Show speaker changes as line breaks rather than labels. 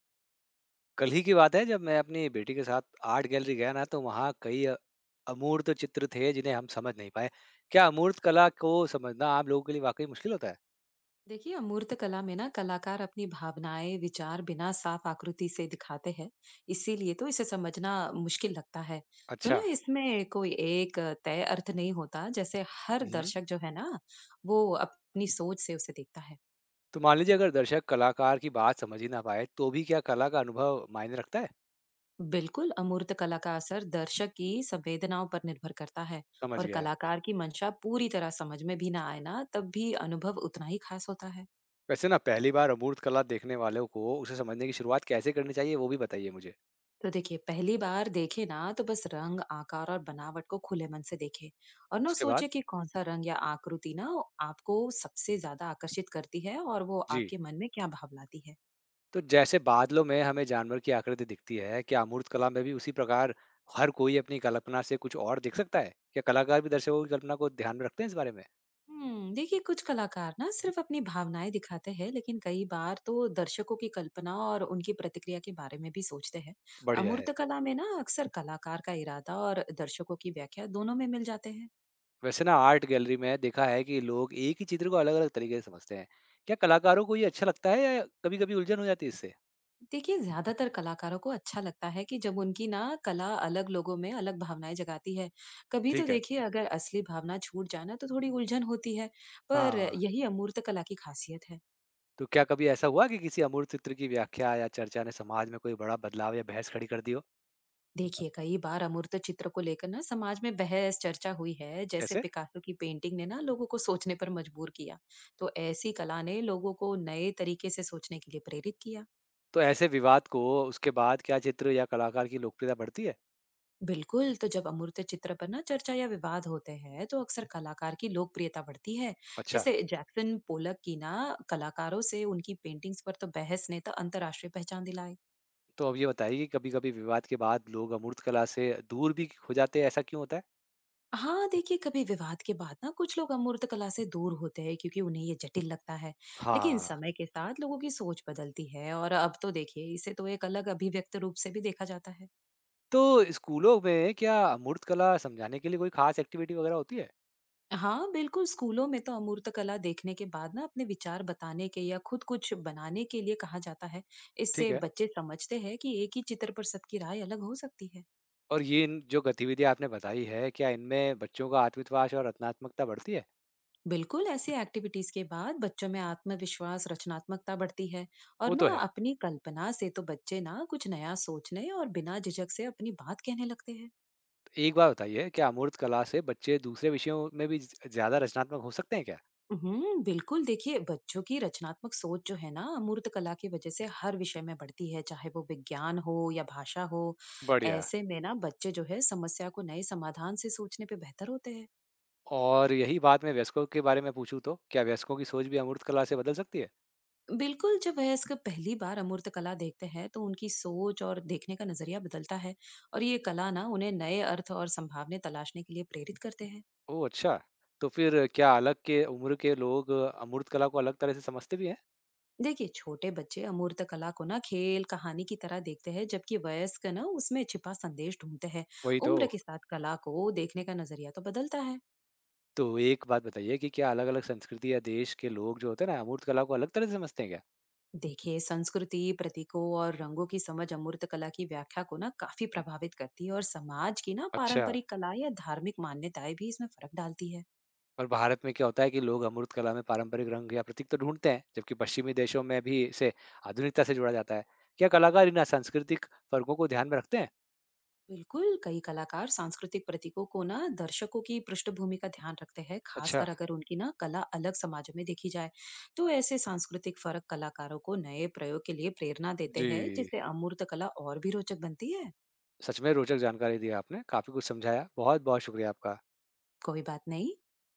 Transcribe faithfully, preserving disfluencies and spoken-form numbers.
कल ही की बात है जब मैं अपनी बेटी के साथ आर्ट गैलरी गया ना। तो वहाँ कई अ- अमूर्त चित्र थे जिन्हें हम समझ नहीं पाए। क्या अमूर्त कला को समझना आम लोगों के लिए वाकई मुश्किल होता है।
देखिए अमूर्त कला में ना कलाकार अपनी भावनाएं विचार बिना साफ आकृति से दिखाते हैं। इसीलिए तो इसे समझना मुश्किल लगता है। तो
अच्छा।
ना इसमें कोई एक तय अर्थ नहीं होता, जैसे हर
हम्म।
दर्शक जो है ना वो अपनी सोच से उसे देखता है।
तो मान लीजिए, अगर दर्शक कलाकार की बात समझ ही ना पाए तो भी क्या कला का अनुभव मायने रखता है।
बिल्कुल, अमूर्त कला का असर दर्शक की संवेदनाओं पर निर्भर करता है।
समझ
और
गया।
कलाकार की मंशा पूरी तरह समझ में भी ना आए ना, तब भी अनुभव उतना ही खास होता है।
वैसे ना, पहली बार अमूर्त कला देखने वालों को उसे समझने की शुरुआत कैसे करनी चाहिए, वो भी बताइए मुझे।
तो देखिए, पहली बार देखे ना तो बस रंग आकार और बनावट को खुले मन से देखे। और ना
उसके बाद?
सोचे कि कौन सा रंग या आकृति ना आपको सबसे ज्यादा आकर्षित करती है और वो
जी।
आपके मन में क्या भाव लाती है।
तो जैसे बादलों में हमें जानवर की आकृति दिखती है, क्या अमूर्त कला में भी उसी प्रकार हर कोई अपनी कल्पना से कुछ और दिख सकता है? क्या कलाकार भी दर्शकों की कल्पना को ध्यान में रखते हैं इस बारे में?
हम्म देखिए, कुछ कलाकार ना सिर्फ अपनी भावनाएं दिखाते हैं लेकिन कई बार तो दर्शकों की कल्पना और उनकी प्रतिक्रिया के बारे में भी सोचते हैं।
बढ़िया है।
अमूर्त कला में ना अक्सर कलाकार का इरादा और दर्शकों की व्याख्या दोनों में मिल जाते हैं।
वैसे ना, आर्ट गैलरी में देखा है कि लोग एक ही चित्र को अलग अलग तरीके से समझते हैं। क्या कलाकारों को ये अच्छा लगता है या कभी कभी उलझन हो जाती है इससे?
देखिए, ज्यादातर कलाकारों को अच्छा लगता है कि जब उनकी ना कला अलग लोगों में अलग भावनाएं जगाती है। कभी तो
ठीक है।
देखिए, अगर असली भावना छूट जाना तो थोड़ी उलझन होती है। पर
हाँ,
यही अमूर्त कला की खासियत है।
तो क्या कभी ऐसा हुआ कि किसी अमूर्त चित्र की व्याख्या या चर्चा ने समाज में कोई बड़ा बदलाव या बहस खड़ी कर दी हो?
देखिए, कई बार अमूर्त चित्र को लेकर ना समाज में बहस चर्चा हुई है। जैसे
कैसे?
पिकासो की पेंटिंग ने ना लोगों को सोचने पर मजबूर किया। तो ऐसी कला ने लोगों को नए तरीके से सोचने के लिए प्रेरित किया।
तो ऐसे विवाद को, उसके बाद क्या चित्र या कलाकार की लोकप्रियता बढ़ती है?
बिल्कुल, तो जब अमूर्त चित्र पर ना चर्चा या विवाद होते हैं तो अक्सर कलाकार की लोकप्रियता बढ़ती है।
अच्छा।
जैसे जैक्सन पोलक की ना कलाकारों से उनकी पेंटिंग्स पर तो बहस ने तो अंतरराष्ट्रीय पहचान दिलाई।
तो अब ये बताइए कि कभी-कभी विवाद के बाद लोग अमूर्त कला से दूर भी हो जाते हैं, ऐसा क्यों होता है?
हाँ देखिए, कभी विवाद के बाद ना कुछ लोग अमूर्त कला से दूर होते हैं क्योंकि उन्हें ये जटिल लगता है। लेकिन
हाँ।
समय के साथ लोगों की सोच बदलती है और अब तो देखिए इसे तो एक अलग अभिव्यक्त रूप से भी देखा जाता है।
तो स्कूलों में क्या अमूर्त कला समझाने के लिए कोई खास एक्टिविटी वगैरह होती है?
हाँ बिल्कुल, स्कूलों में तो अमूर्त कला देखने के बाद ना अपने विचार बताने के या खुद कुछ बनाने के लिए कहा जाता है।
ठीक
इससे
है।
बच्चे समझते हैं कि एक ही चित्र पर सबकी राय अलग हो सकती है।
और ये इन जो गतिविधियाँ आपने बताई है, क्या इनमें बच्चों का आत्मविश्वास और रचनात्मकता बढ़ती है?
बिल्कुल, ऐसी एक्टिविटीज के बाद बच्चों में आत्मविश्वास रचनात्मकता बढ़ती है। और
वो तो
ना
है।
अपनी कल्पना से तो बच्चे ना कुछ नया सोचने और बिना झिझक से अपनी बात कहने लगते हैं।
एक बात बताइए, क्या अमूर्त कला से बच्चे दूसरे विषयों में भी ज़ ज़्यादा रचनात्मक हो सकते हैं क्या?
हम्म बिल्कुल, देखिए बच्चों की रचनात्मक सोच जो है ना अमूर्त कला की वजह से हर विषय में बढ़ती है, चाहे वो विज्ञान हो या भाषा हो।
बढ़िया।
ऐसे में ना बच्चे जो है समस्या को नए समाधान से सोचने पे बेहतर होते हैं।
और यही बात मैं वयस्कों के बारे में पूछूँ तो, क्या वयस्कों की सोच भी अमूर्त कला से बदल सकती है?
बिल्कुल, जब वयस्क पहली बार अमूर्त कला देखते हैं तो उनकी सोच और देखने का नजरिया बदलता है। और ये कला ना उन्हें नए अर्थ और संभावने तलाशने के लिए प्रेरित करते हैं।
ओह! अच्छा। तो फिर क्या अलग के उम्र के लोग अमूर्त कला को अलग तरह से समझते भी हैं?
देखिए, छोटे बच्चे अमूर्त कला को ना खेल कहानी की तरह देखते हैं, जबकि वयस्क ना उसमें छिपा संदेश ढूंढते हैं।
वही तो।
उम्र के साथ कला को देखने का नजरिया तो बदलता है।
तो एक बात बताइए कि क्या अलग-अलग संस्कृति या देश के लोग जो होते हैं ना, अमूर्त कला को अलग तरह से समझते हैं क्या?
देखिए, संस्कृति प्रतीकों और रंगों की समझ अमूर्त कला की व्याख्या को ना काफी प्रभावित करती है और समाज की ना
अच्छा।
पारंपरिक कला या धार्मिक मान्यताएं भी इसमें फर्क डालती है।
और भारत में क्या होता है कि लोग अमूर्त कला में पारंपरिक रंग या प्रतीक तो ढूँढते हैं, जबकि पश्चिमी देशों में भी इसे आधुनिकता से जोड़ा जाता है। क्या कलाकार इन सांस्कृतिक फ़र्कों को ध्यान में रखते हैं?
बिल्कुल, कई कलाकार सांस्कृतिक प्रतीकों को ना दर्शकों की पृष्ठभूमि का ध्यान रखते हैं,
अच्छा,
खासकर अगर उनकी ना कला अलग समाजों में देखी जाए। तो ऐसे सांस्कृतिक फर्क कलाकारों को नए प्रयोग के लिए प्रेरणा देते
जी।
हैं जिससे अमूर्त कला और भी रोचक बनती है।
सच में रोचक जानकारी दी आपने, काफ़ी कुछ समझाया। बहुत-बहुत शुक्रिया आपका।
कोई बात नहीं।